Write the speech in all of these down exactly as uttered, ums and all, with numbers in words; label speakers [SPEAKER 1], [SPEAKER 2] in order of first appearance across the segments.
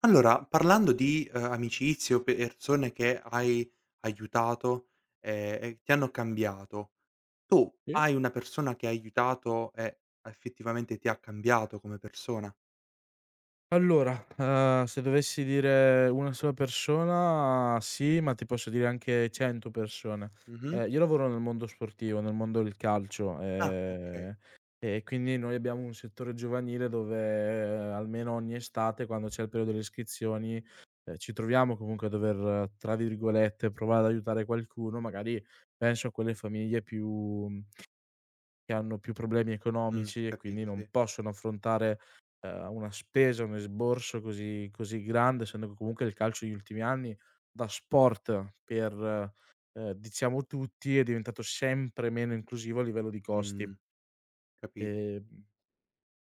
[SPEAKER 1] Allora, parlando di, ehm, amicizie o persone che hai aiutato, ehm, e ti hanno cambiato, tu
[SPEAKER 2] Sì.
[SPEAKER 1] hai una persona che hai aiutato e effettivamente ti ha cambiato come persona?
[SPEAKER 2] Allora, ehm, se dovessi dire una sola persona ah, sì, ma ti posso dire anche cento persone.
[SPEAKER 1] Mh-mh.
[SPEAKER 2] Ehm, io lavoro nel mondo sportivo, nel mondo del calcio,
[SPEAKER 1] Ah,
[SPEAKER 2] ehm,
[SPEAKER 1] okay.
[SPEAKER 2] e quindi noi abbiamo un settore giovanile dove eh, almeno ogni estate, quando c'è il periodo delle iscrizioni, ehm, ci troviamo comunque a dover, tra virgolette, "provare ad aiutare" qualcuno, magari penso a quelle famiglie più che hanno più problemi
[SPEAKER 1] Mh,
[SPEAKER 2] economici e quindi
[SPEAKER 1] capito,
[SPEAKER 2] non
[SPEAKER 1] sì.
[SPEAKER 2] possono affrontare ehm, una spesa, un esborso così così grande, essendo che comunque il calcio negli ultimi anni da sport per, ehm, diciamo tutti, è diventato sempre meno inclusivo a livello di costi.
[SPEAKER 1] Mh, capi
[SPEAKER 2] Ehm,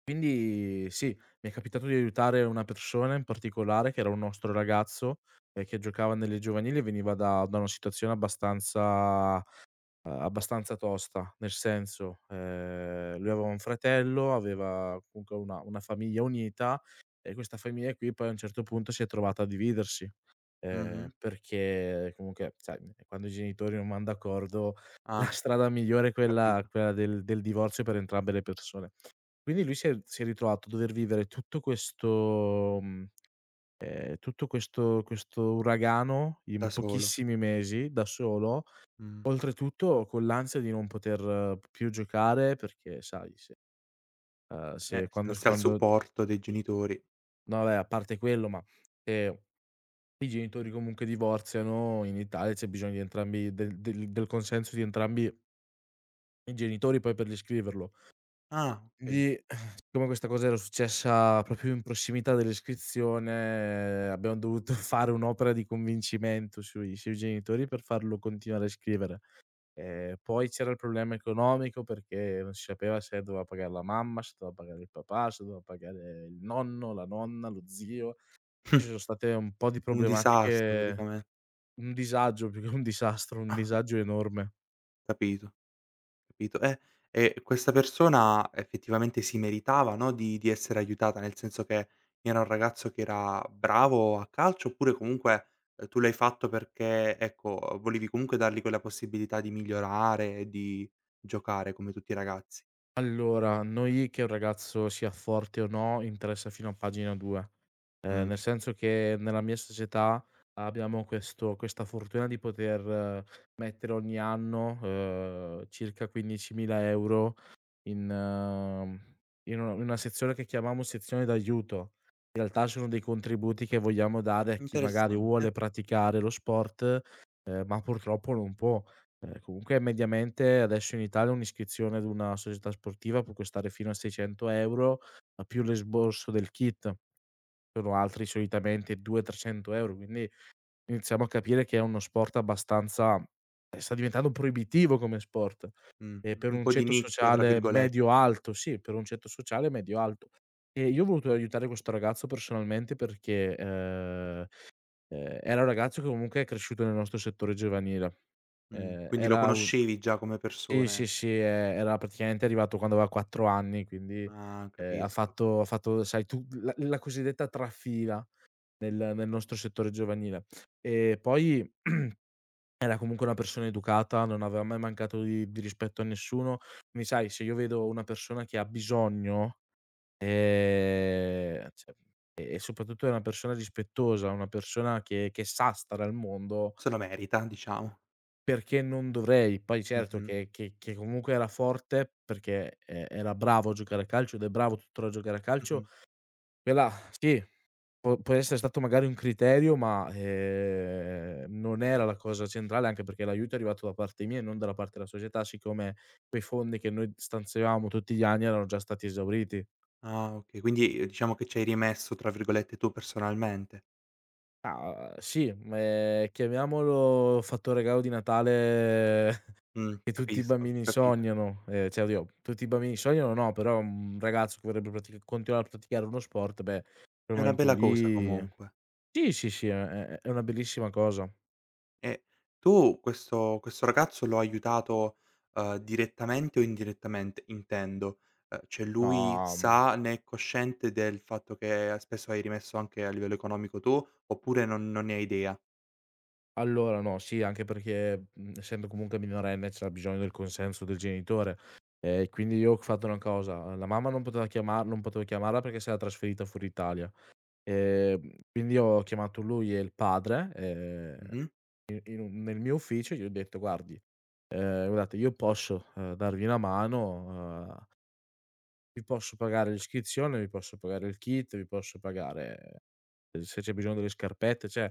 [SPEAKER 2] quindi sì, mi è capitato di aiutare una persona in particolare, che era un nostro ragazzo, ehm, che giocava nelle giovanili e veniva da da una situazione abbastanza uhm, abbastanza tosta, nel senso, ehm, lui aveva un fratello, aveva comunque una una famiglia unita e questa famiglia qui poi a un certo punto si è trovata a dividersi,
[SPEAKER 1] mh-mh.
[SPEAKER 2] ehm, perché comunque sai, quando i genitori non van d'accordo la
[SPEAKER 1] Ah,
[SPEAKER 2] strada migliore è quella
[SPEAKER 1] capito.
[SPEAKER 2] quella del del divorzio per entrambe le persone. Quindi lui si è si è ritrovato a dover vivere tutto questo mhmm, ehm, tutto questo questo uragano
[SPEAKER 1] Da
[SPEAKER 2] in
[SPEAKER 1] solo.
[SPEAKER 2] pochissimi mesi da solo.
[SPEAKER 1] Mh.
[SPEAKER 2] Oltretutto con l'ansia di non poter uhm, più giocare perché sai se ehm,
[SPEAKER 1] Eh,
[SPEAKER 2] se
[SPEAKER 1] se
[SPEAKER 2] quando
[SPEAKER 1] non si ha il
[SPEAKER 2] quando
[SPEAKER 1] supporto dei genitori.
[SPEAKER 2] no vabbè, a parte quello, ma se i genitori comunque divorziano in Italia c'è bisogno di entrambi del del del consenso di entrambi i genitori poi per iscriverlo.
[SPEAKER 1] Ah, okay.
[SPEAKER 2] Quindi, siccome questa cosa era successa proprio in prossimità dell'iscrizione, abbiamo dovuto fare un'opera di convincimento sui sui genitori per farlo continuare a iscrivere. Ehm, poi c'era il problema economico perché non si sapeva se doveva pagare la mamma, se doveva pagare il papà, se doveva pagare il nonno, la nonna, lo zio. Ci sono state un po' di
[SPEAKER 1] Un disastro
[SPEAKER 2] problematiche,
[SPEAKER 1] praticamen
[SPEAKER 2] un disagio più che un disastro, un disagio enorme.
[SPEAKER 1] capito. Capito? Eh, e questa persona effettivamente si meritava, no, di di essere aiutata, nel senso che era un ragazzo che era bravo a calcio, oppure comunque, ehm, tu l'hai fatto perché, ecco, volevi comunque dargli quella possibilità di migliorare e di giocare come tutti i ragazzi.
[SPEAKER 2] Allora, a noi che un ragazzo sia forte o no interessa fino a pagina due. Ehm,
[SPEAKER 1] Mh,
[SPEAKER 2] nel senso che nella mia società abbiamo questo questa fortuna di poter eh, mettere ogni anno, uhm, circa quindicimila euro € in ehm, in una in una sezione che chiamiamo sezione d'aiuto. In realtà sono dei contributi che vogliamo dare a chi magari vuole
[SPEAKER 1] interessante.
[SPEAKER 2] praticare lo sport, ehm, ma purtroppo non può. Ehm, comunque mediamente adesso in Italia un'iscrizione ad una società sportiva può costare fino a seicento euro € più l'esborso del kit sono altri solitamente duecento, trecento euro €, quindi iniziamo a capire che è uno sport abbastanza ehm, sta diventando proibitivo come sport,
[SPEAKER 1] Mh,
[SPEAKER 2] ehm, per
[SPEAKER 1] un
[SPEAKER 2] un
[SPEAKER 1] po' di
[SPEAKER 2] ceto
[SPEAKER 1] "nicchia" tra
[SPEAKER 2] sociale
[SPEAKER 1] virgolette.
[SPEAKER 2] medio-alto, sì, per un ceto sociale medio-alto. E io ho voluto aiutare questo ragazzo personalmente perché, ehm, ehm, era un ragazzo che comunque è cresciuto nel nostro settore giovanile.
[SPEAKER 1] Mh,
[SPEAKER 2] Ehm,
[SPEAKER 1] quindi lo
[SPEAKER 2] era u
[SPEAKER 1] conoscevi già come
[SPEAKER 2] Sì,
[SPEAKER 1] persona,
[SPEAKER 2] sì,
[SPEAKER 1] eh.
[SPEAKER 2] sì, e era praticamente arrivato quando aveva quattro anni, quindi,
[SPEAKER 1] Ah,
[SPEAKER 2] ehm, ha
[SPEAKER 1] capisco.
[SPEAKER 2] fatto ha fatto sai tu la la cosiddetta trafila. Nel nel nostro settore giovanile. E poi era comunque una persona educata, non aveva mai mancato di di rispetto a nessuno. Quindi sai, se io vedo una persona che ha bisogno, ehm, cioè e e soprattutto è una persona rispettosa, una persona che che sa stare al mondo,
[SPEAKER 1] Se lo merita diciamo.
[SPEAKER 2] perché non dovrei? Poi certo
[SPEAKER 1] Mh-mh,
[SPEAKER 2] che che che comunque era forte perché e era bravo a giocare a calcio ed è bravo tuttora a giocare a calcio,
[SPEAKER 1] mh-mh.
[SPEAKER 2] quella sì. Può può essere stato magari un criterio, ma, ehm, non era la cosa centrale, anche perché l'aiuto è arrivato da parte mia e non dalla parte della società, siccome quei fondi che noi stanziavamo tutti gli anni erano già stati esauriti.
[SPEAKER 1] Ah, okay, quindi, ehm, diciamo che ci hai rimesso, tra virgolette, tu personalmente.
[SPEAKER 2] Ah, sì, ehm, chiamiamolo fattore regalo di Natale
[SPEAKER 1] Mh,
[SPEAKER 2] che tutti i
[SPEAKER 1] capisco,
[SPEAKER 2] bambini
[SPEAKER 1] capito.
[SPEAKER 2] sognano, ehm, cioè oddio, tutti i bambini sognano no, però un ragazzo che vorrebbe pratic continuare a praticare uno sport, beh, quel
[SPEAKER 1] È una
[SPEAKER 2] momento
[SPEAKER 1] bella cosa
[SPEAKER 2] lì
[SPEAKER 1] comunque.
[SPEAKER 2] sì, sì, sì, è è è una bellissima cosa.
[SPEAKER 1] E tu questo questo ragazzo lo hai aiutato, uhm, direttamente o indirettamente intendo? Uhm, cioè lui
[SPEAKER 2] No.
[SPEAKER 1] sa, ne è cosciente del fatto che spesso hai rimesso anche a livello economico tu, oppure non non ne ha idea?
[SPEAKER 2] Allora no, sì, anche perché, mhmm, essendo comunque minorenne c'era bisogno del consenso del genitore. Ehm, quindi io ho fatto una cosa: la mamma non poteva chiamar non potevo chiamarla perché si era trasferita fuori Italia. Ehm, quindi ho chiamato lui e il padre, ehm,
[SPEAKER 1] Mh-mh.
[SPEAKER 2] in in un nel mio ufficio e gli ho detto: "Guardi, ehm, guardate, io posso, ehm, darvi una mano, uhm, vi posso pagare l'iscrizione, vi posso pagare il kit, vi posso pagare eh, se c'è bisogno delle scarpette, cioè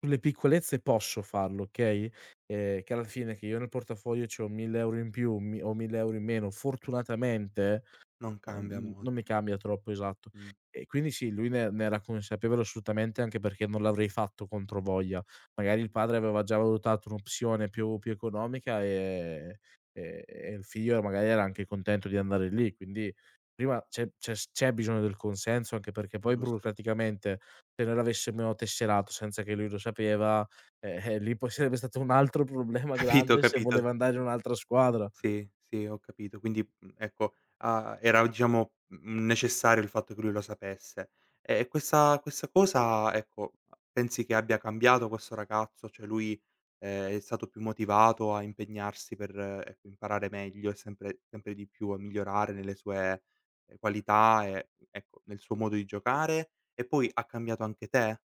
[SPEAKER 2] sulle piccolezze posso farlo, okay, ehm, che alla fine che io nel portafoglio c'ho mille euro € in più, mi o mille euro € in meno, fortunatamente".
[SPEAKER 1] Non
[SPEAKER 2] Ehm,
[SPEAKER 1] cambia
[SPEAKER 2] n Non
[SPEAKER 1] molto.
[SPEAKER 2] mi cambia troppo, esatto.
[SPEAKER 1] Mh,
[SPEAKER 2] E quindi sì, lui ne ne era consapevole assolutamente, anche perché non l'avrei fatto controvoglia. Magari il padre aveva già valutato un'opzione più più economica, ehm, e e il figlio magari era anche contento di andare lì, quindi prima c'è c'è s c'è bisogno del consenso, anche perché poi
[SPEAKER 1] giusto, sì.
[SPEAKER 2] burocraticamente, se noi l'avessimo tesserato senza che lui lo sapeva, eh, eh, lì poi sarebbe stato un altro problema
[SPEAKER 1] Capito,
[SPEAKER 2] grande se
[SPEAKER 1] capito.
[SPEAKER 2] voleva andare in un'altra squadra.
[SPEAKER 1] Sì, sì, ho capito. Quindi, mhmm, ecco, a era diciamo, mhmm, necessario il fatto che lui lo sapesse. E questa questa cosa, ecco, pensi che abbia cambiato questo ragazzo? Cioè lui, ehm, è stato più motivato a impegnarsi per, ecco, imparare meglio e sempre sempre di più a migliorare nelle sue, ehm, qualità e, ecco, nel suo modo di giocare? E poi ha cambiato anche te?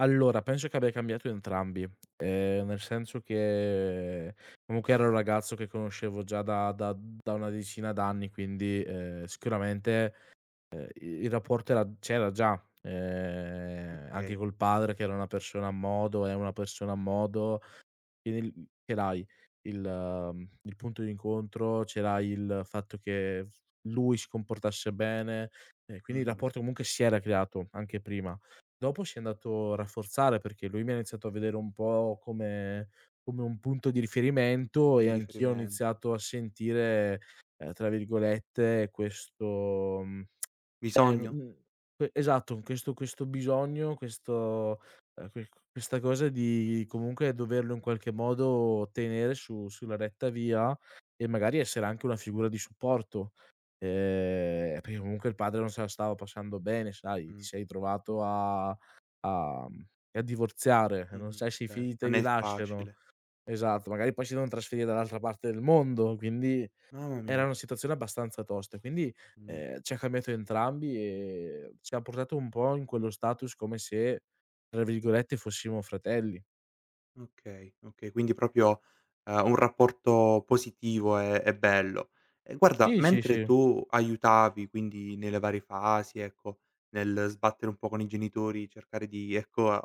[SPEAKER 2] Allora, penso che abbia cambiato entrambi, ehm, nel senso che comunque era un ragazzo che conoscevo già da da da una decina d'anni, quindi, ehm, sicuramente, ehm, il rapporto era c'era già, ehm, anche
[SPEAKER 1] Okay,
[SPEAKER 2] col padre che era una persona a modo, è una persona a modo, e nel mhmm, ce l'hai il mhmm, il punto di incontro, ce l'hai il fatto che f lui si comportasse bene, e quindi il
[SPEAKER 1] mh-mh,
[SPEAKER 2] rapporto comunque si era creato anche prima. Dopo si è andato a rafforzare perché lui mi ha iniziato a vedere un po' come come un punto di
[SPEAKER 1] un
[SPEAKER 2] riferimento
[SPEAKER 1] punto
[SPEAKER 2] e
[SPEAKER 1] di
[SPEAKER 2] anch'io ho
[SPEAKER 1] riferiment
[SPEAKER 2] iniziato a sentire, ehm, tra virgolette questo mhmm eh, no, n
[SPEAKER 1] bisogno?
[SPEAKER 2] mhmm, que esatto, questo questo bisogno, questo ehm, que questa cosa di comunque doverlo in qualche modo tenere su sulla retta via e magari essere anche una figura di supporto, ehm, perché comunque il padre non se la stava passando bene, sai, ti
[SPEAKER 1] Mh,
[SPEAKER 2] sei trovato a a mhmm, a divorziare, non
[SPEAKER 1] mh-mh,
[SPEAKER 2] sai
[SPEAKER 1] eh
[SPEAKER 2] se i
[SPEAKER 1] beh,
[SPEAKER 2] figli te
[SPEAKER 1] non
[SPEAKER 2] li
[SPEAKER 1] è
[SPEAKER 2] lasciano.
[SPEAKER 1] facile.
[SPEAKER 2] Esatto, magari poi si devono trasferire dall'altra parte del mondo, quindi
[SPEAKER 1] Mamma
[SPEAKER 2] era
[SPEAKER 1] mia.
[SPEAKER 2] una situazione abbastanza tosta, quindi,
[SPEAKER 1] Mh.
[SPEAKER 2] ehm, ci ha cambiato entrambi e ci ha portato un po' in quello status come se, tra virgolette, "fossimo fratelli".
[SPEAKER 1] Okay, okay, quindi proprio, ehm, un rapporto positivo e e bello. E guarda,
[SPEAKER 2] Sì, sì,
[SPEAKER 1] mentre
[SPEAKER 2] sì.
[SPEAKER 1] tu aiutavi, quindi nelle varie fasi, ecco, nel sbattere un po' con i genitori, cercare di, ecco, a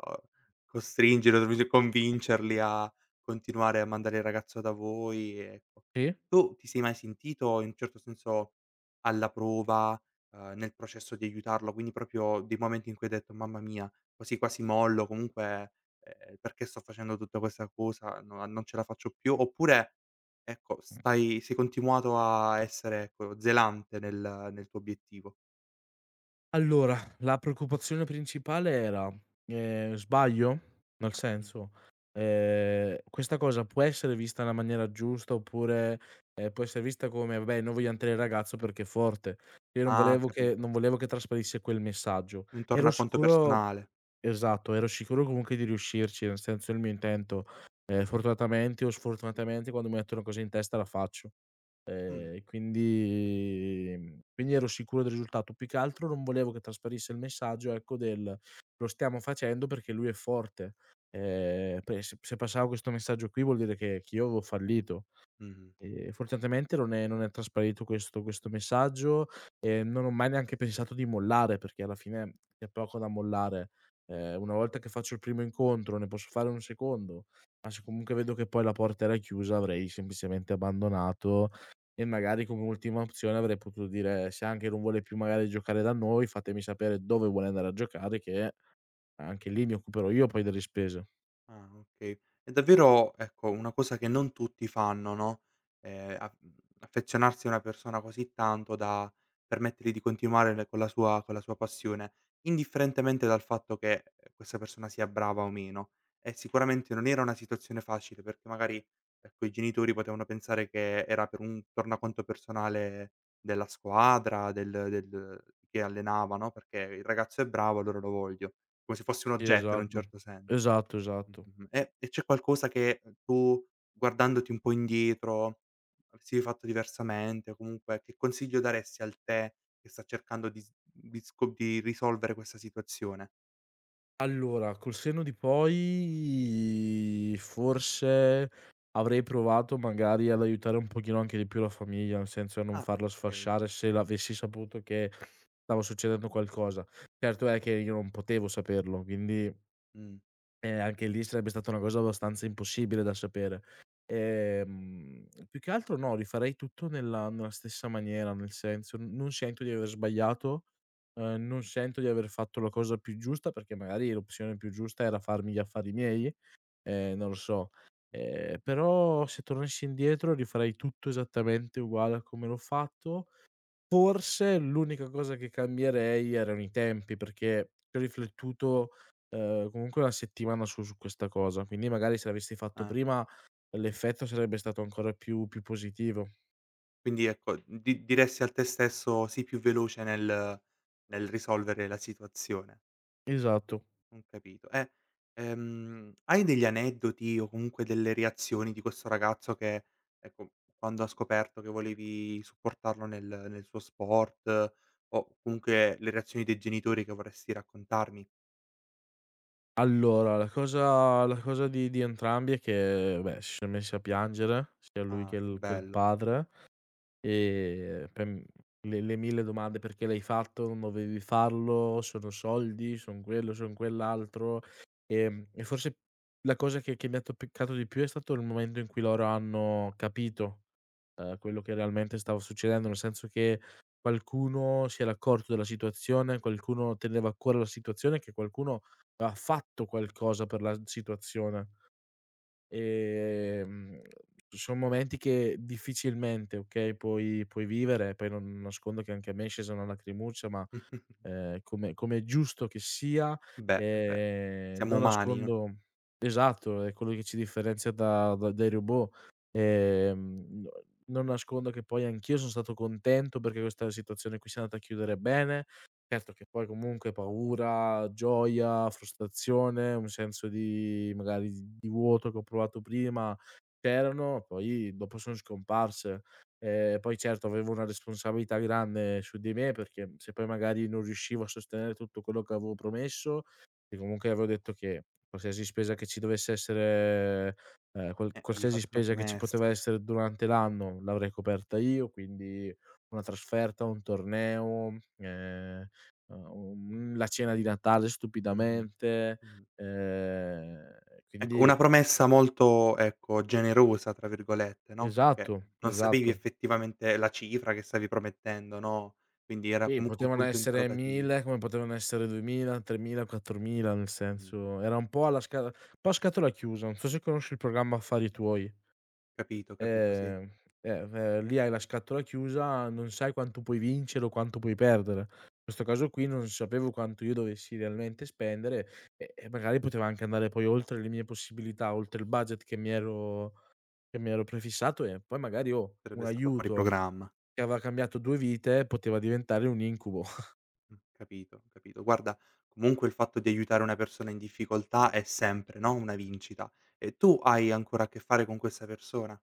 [SPEAKER 1] costringere, tra virgole convincerli a continuare a mandare il ragazzo da voi, ecco.
[SPEAKER 2] Sì?
[SPEAKER 1] Tu ti sei mai sentito in un certo senso alla prova, ehm, nel processo di aiutarlo, quindi proprio dei momenti in cui hai detto: "Mamma mia, quasi quasi mollo, comunque ehm, perché sto facendo tutta questa cosa? No, non ce la faccio più." Oppure, ecco, stai sei continuato a essere, ecco, zelante nel nel tuo obiettivo.
[SPEAKER 2] Allora, la preoccupazione principale era: ehm, sbaglio? Nel
[SPEAKER 1] Mh.
[SPEAKER 2] senso, ehm, questa cosa può essere vista nella maniera giusta oppure, ehm, può essere vista come: "Vabbè, noi vogliam tenere il ragazzo perché è forte". Io non
[SPEAKER 1] Ah,
[SPEAKER 2] volevo che
[SPEAKER 1] capito.
[SPEAKER 2] non volevo che trasparisse quel messaggio.
[SPEAKER 1] Un
[SPEAKER 2] Ero
[SPEAKER 1] tornaconto
[SPEAKER 2] sicuro.
[SPEAKER 1] personale.
[SPEAKER 2] Esatto, ero sicuro comunque di riuscirci, nel senso il mio intento, ehm, fortunatamente o sfortunatamente quando mi metto una cosa in testa la faccio.
[SPEAKER 1] Mh.
[SPEAKER 2] Ehm, quindi mhmm, quindi ero sicuro del risultato. Più che altro non volevo che trasparisse il messaggio, ecco, del: "Lo stiamo facendo perché lui è forte". Ehm, pe Se se passava questo messaggio qui vuol dire che che io avevo fallito.
[SPEAKER 1] Mh-mh.
[SPEAKER 2] Ehm, fortunatamente non è non è trasparito questo questo messaggio, e non ho mai neanche pensato di mollare, perché alla fine c'è poco da mollare. Ehm, una volta che faccio il primo incontro, ne posso fare un secondo, ma se comunque vedo che poi la porta era chiusa avrei semplicemente abbandonato, e magari come ultima opzione avrei potuto dire: "Se anche non vuole più magari giocare da noi, fatemi sapere dove vuole andare a giocare che anche lì mi occuperò io poi delle spese."
[SPEAKER 1] Ah, okay. È davvero, ecco, una cosa che non tutti fanno, no, ehm, a mhmm, affezionarsi a una persona così tanto da permettergli di continuare le con la sua con la sua passione, indifferentemente dal fatto che, ehm, questa persona sia brava o meno. E sicuramente non era una situazione facile perché magari, ecco, i genitori potevano pensare che era per un tornaconto personale della squadra, del del che allenava, no, perché il ragazzo è bravo allora lo voglio, come se
[SPEAKER 2] Sì, ovviamente.
[SPEAKER 1] fosse un oggetto in un
[SPEAKER 2] Esatto.
[SPEAKER 1] certo sen
[SPEAKER 2] Esatto, esatto.
[SPEAKER 1] Mh-mh. E e c'è qualcosa che, uhm, tu guardandoti un po' indietro, avresti fatto diversamente o comunque che consiglio daresti al te che sta cercando di s di sco di risolvere questa situazione?
[SPEAKER 2] Allora, col senno di poi forse avrei provato magari ad aiutare un pochino anche di più la famiglia, nel senso a non
[SPEAKER 1] Ah,
[SPEAKER 2] farla
[SPEAKER 1] okay.
[SPEAKER 2] sfasciare se l'avessi saputo che stava succedendo qualcosa. Certo è che io non potevo saperlo, quindi
[SPEAKER 1] Mh,
[SPEAKER 2] eh, anche lì sarebbe stata una cosa abbastanza impossibile da sapere. Ehm, più che altro no, rifarei tutto nella nella stessa maniera, nel senso, n non sento di aver sbagliato, ehm, non sento di aver fatto la cosa più giusta, perché magari l'opzione più giusta era farmi gli affari miei, ehm, non lo so. Ehm, però se tornassi indietro rifarei tutto esattamente uguale a come l'ho fatto. Forse l'unica cosa che cambierei erano i tempi, perché ci ho riflettuto, ehm, comunque una settimana su su questa cosa, quindi magari se l'avessi fatto
[SPEAKER 1] ah.
[SPEAKER 2] prima l'effetto sarebbe stato ancora più più positivo.
[SPEAKER 1] Quindi ecco, di diresti al te stesso sii più veloce nel nel risolvere la situazione.
[SPEAKER 2] Esatto.
[SPEAKER 1] Ho capito. E, ehm, hai degli aneddoti o comunque delle reazioni di questo ragazzo che, ecco, quando ha scoperto che volevi supportarlo nel nel suo sport, eh, o comunque le reazioni dei genitori che vorresti raccontarmi?
[SPEAKER 2] Allora, la cosa la cosa di di entrambi è che, beh, si sono messi a piangere, sia lui che
[SPEAKER 1] Ah, che
[SPEAKER 2] il che il
[SPEAKER 1] bello.
[SPEAKER 2] padre. Ehm, per m Le le mille domande: "Perché l'hai fatto? Non dovevi farlo? Sono soldi? Son quello, son quell'altro?" Ehm, e forse la cosa che che mi ha toppicato di più è stato il momento in cui loro hanno capito, ehm, quello che realmente stava succedendo, nel senso che qualcuno si era accorto della situazione, qualcuno teneva a cuore la situazione, che qualcuno aveva fatto qualcosa per la situazione. Ehm, Son momenti che difficilmente, okay, puoi puoi vivere, poi non nascondo che anche a me è scesa una lacrimuccia, ma ehm, come come è giusto che sia,
[SPEAKER 1] Beh, beh,
[SPEAKER 2] ehm,
[SPEAKER 1] siamo
[SPEAKER 2] non
[SPEAKER 1] umani, no,
[SPEAKER 2] nascondo, esatto, è quello che ci differenzia da da dai robot. Ehm, no, non nascondo che poi anch'io son stato contento perché questa situazione qui si è andata a chiudere bene. Certo che poi comunque paura, gioia, frustrazione, un senso di magari di di vuoto che ho provato prima c'erano, poi dopo son scomparse. Ehm, poi certo avevo una responsabilità grande su di me, perché se poi magari non riuscivo a sostenere tutto quello che avevo promesso, e comunque avevo detto che qualsiasi spesa che ci dovesse essere, ehm, qual
[SPEAKER 1] eh, avevi
[SPEAKER 2] qualsiasi
[SPEAKER 1] fatto una
[SPEAKER 2] spesa che ci poteva
[SPEAKER 1] promessa.
[SPEAKER 2] essere durante l'anno l'avrei coperta io, quindi una trasferta, un torneo, ehm, uhm, la cena di Natale
[SPEAKER 1] Mh-mh.
[SPEAKER 2] stupidamente,
[SPEAKER 1] Mh.
[SPEAKER 2] ehm,
[SPEAKER 1] Ecco,
[SPEAKER 2] quindi
[SPEAKER 1] una promessa molto, ecco, "generosa" tra virgolette, no, perché
[SPEAKER 2] esatto,
[SPEAKER 1] non sapevi
[SPEAKER 2] esatto.
[SPEAKER 1] effettivamente la cifra che stavi promettendo, no, quindi era
[SPEAKER 2] Sì,
[SPEAKER 1] comunque un
[SPEAKER 2] potevano
[SPEAKER 1] punto
[SPEAKER 2] essere
[SPEAKER 1] interrogativo.
[SPEAKER 2] mille come potevano essere duemila, tremila, quattromila, nel
[SPEAKER 1] Mh-mh.
[SPEAKER 2] senso era un po' alla sca un po' a scatola chiusa. Non so se conosci il programma Affari tuoi.
[SPEAKER 1] Capito, capito, sì.
[SPEAKER 2] Ehm, eh, v Lì hai la scatola chiusa, non sai quanto puoi vincere o quanto puoi perdere. In questo caso qui non sapevo quanto io dovessi realmente spendere, e e magari poteva anche andare poi oltre le mie possibilità, oltre il budget che mi ero che mi ero prefissato e poi magari, oh, un
[SPEAKER 1] Sarebbe stato fuori
[SPEAKER 2] aiuto
[SPEAKER 1] programma.
[SPEAKER 2] che aveva cambiato due vite poteva diventare un incubo.
[SPEAKER 1] Mh, capito, capito. Guarda, comunque il fatto di aiutare una persona in difficoltà è sempre, no, una vincita. E tu hai ancora a che fare con questa persona?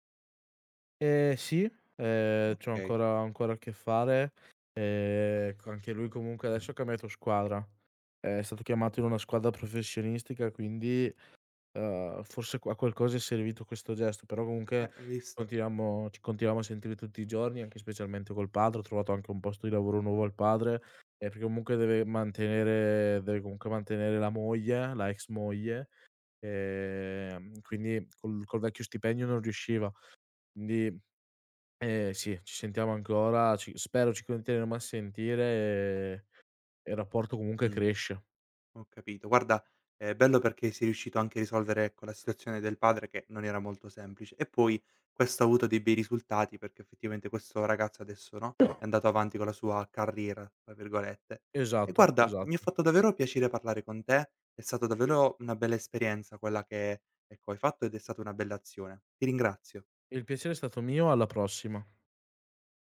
[SPEAKER 2] Ehm, sì, ehm, c'ho
[SPEAKER 1] Okay,
[SPEAKER 2] ancora ho ancora a che fare, ehm, co anche lui comunque adesso ha cambiato squadra. Eh, È stato chiamato in una squadra professionistica, quindi, uhm, forse qu a qualcosa è servito questo gesto, però comunque
[SPEAKER 1] eh, hai visto?
[SPEAKER 2] continuiamo ci continuiamo a sentire tutti i giorni, anche specialmente col padre. Ho trovato anche un posto di lavoro nuovo al padre, ehm, perché comunque deve mantenere deve comunque mantenere la moglie, la ex moglie, ehm, quindi col col vecchio stipendio non riusciva. Quindi eh sì, ci sentiamo ancora, ci spero ci continueremo a sentire e e il rapporto comunque
[SPEAKER 1] Mh.
[SPEAKER 2] cresce.
[SPEAKER 1] Ho capito. Guarda, è bello perché sei riuscito anche a risolvere, ecco, la situazione del padre che non era molto semplice e poi questo ha avuto dei bei risultati perché effettivamente questo ragazzo adesso, no, è andato avanti con la sua "carriera", tra virgolette. E
[SPEAKER 2] Esatto,
[SPEAKER 1] guarda, mi ha
[SPEAKER 2] esatto.
[SPEAKER 1] fatto davvero piacere parlare con te, è stato davvero una bella esperienza quella che, ecco, hai fatto ed è stata una bella azione. Ti ringrazio.
[SPEAKER 2] Il piacere è stato mio, alla prossima.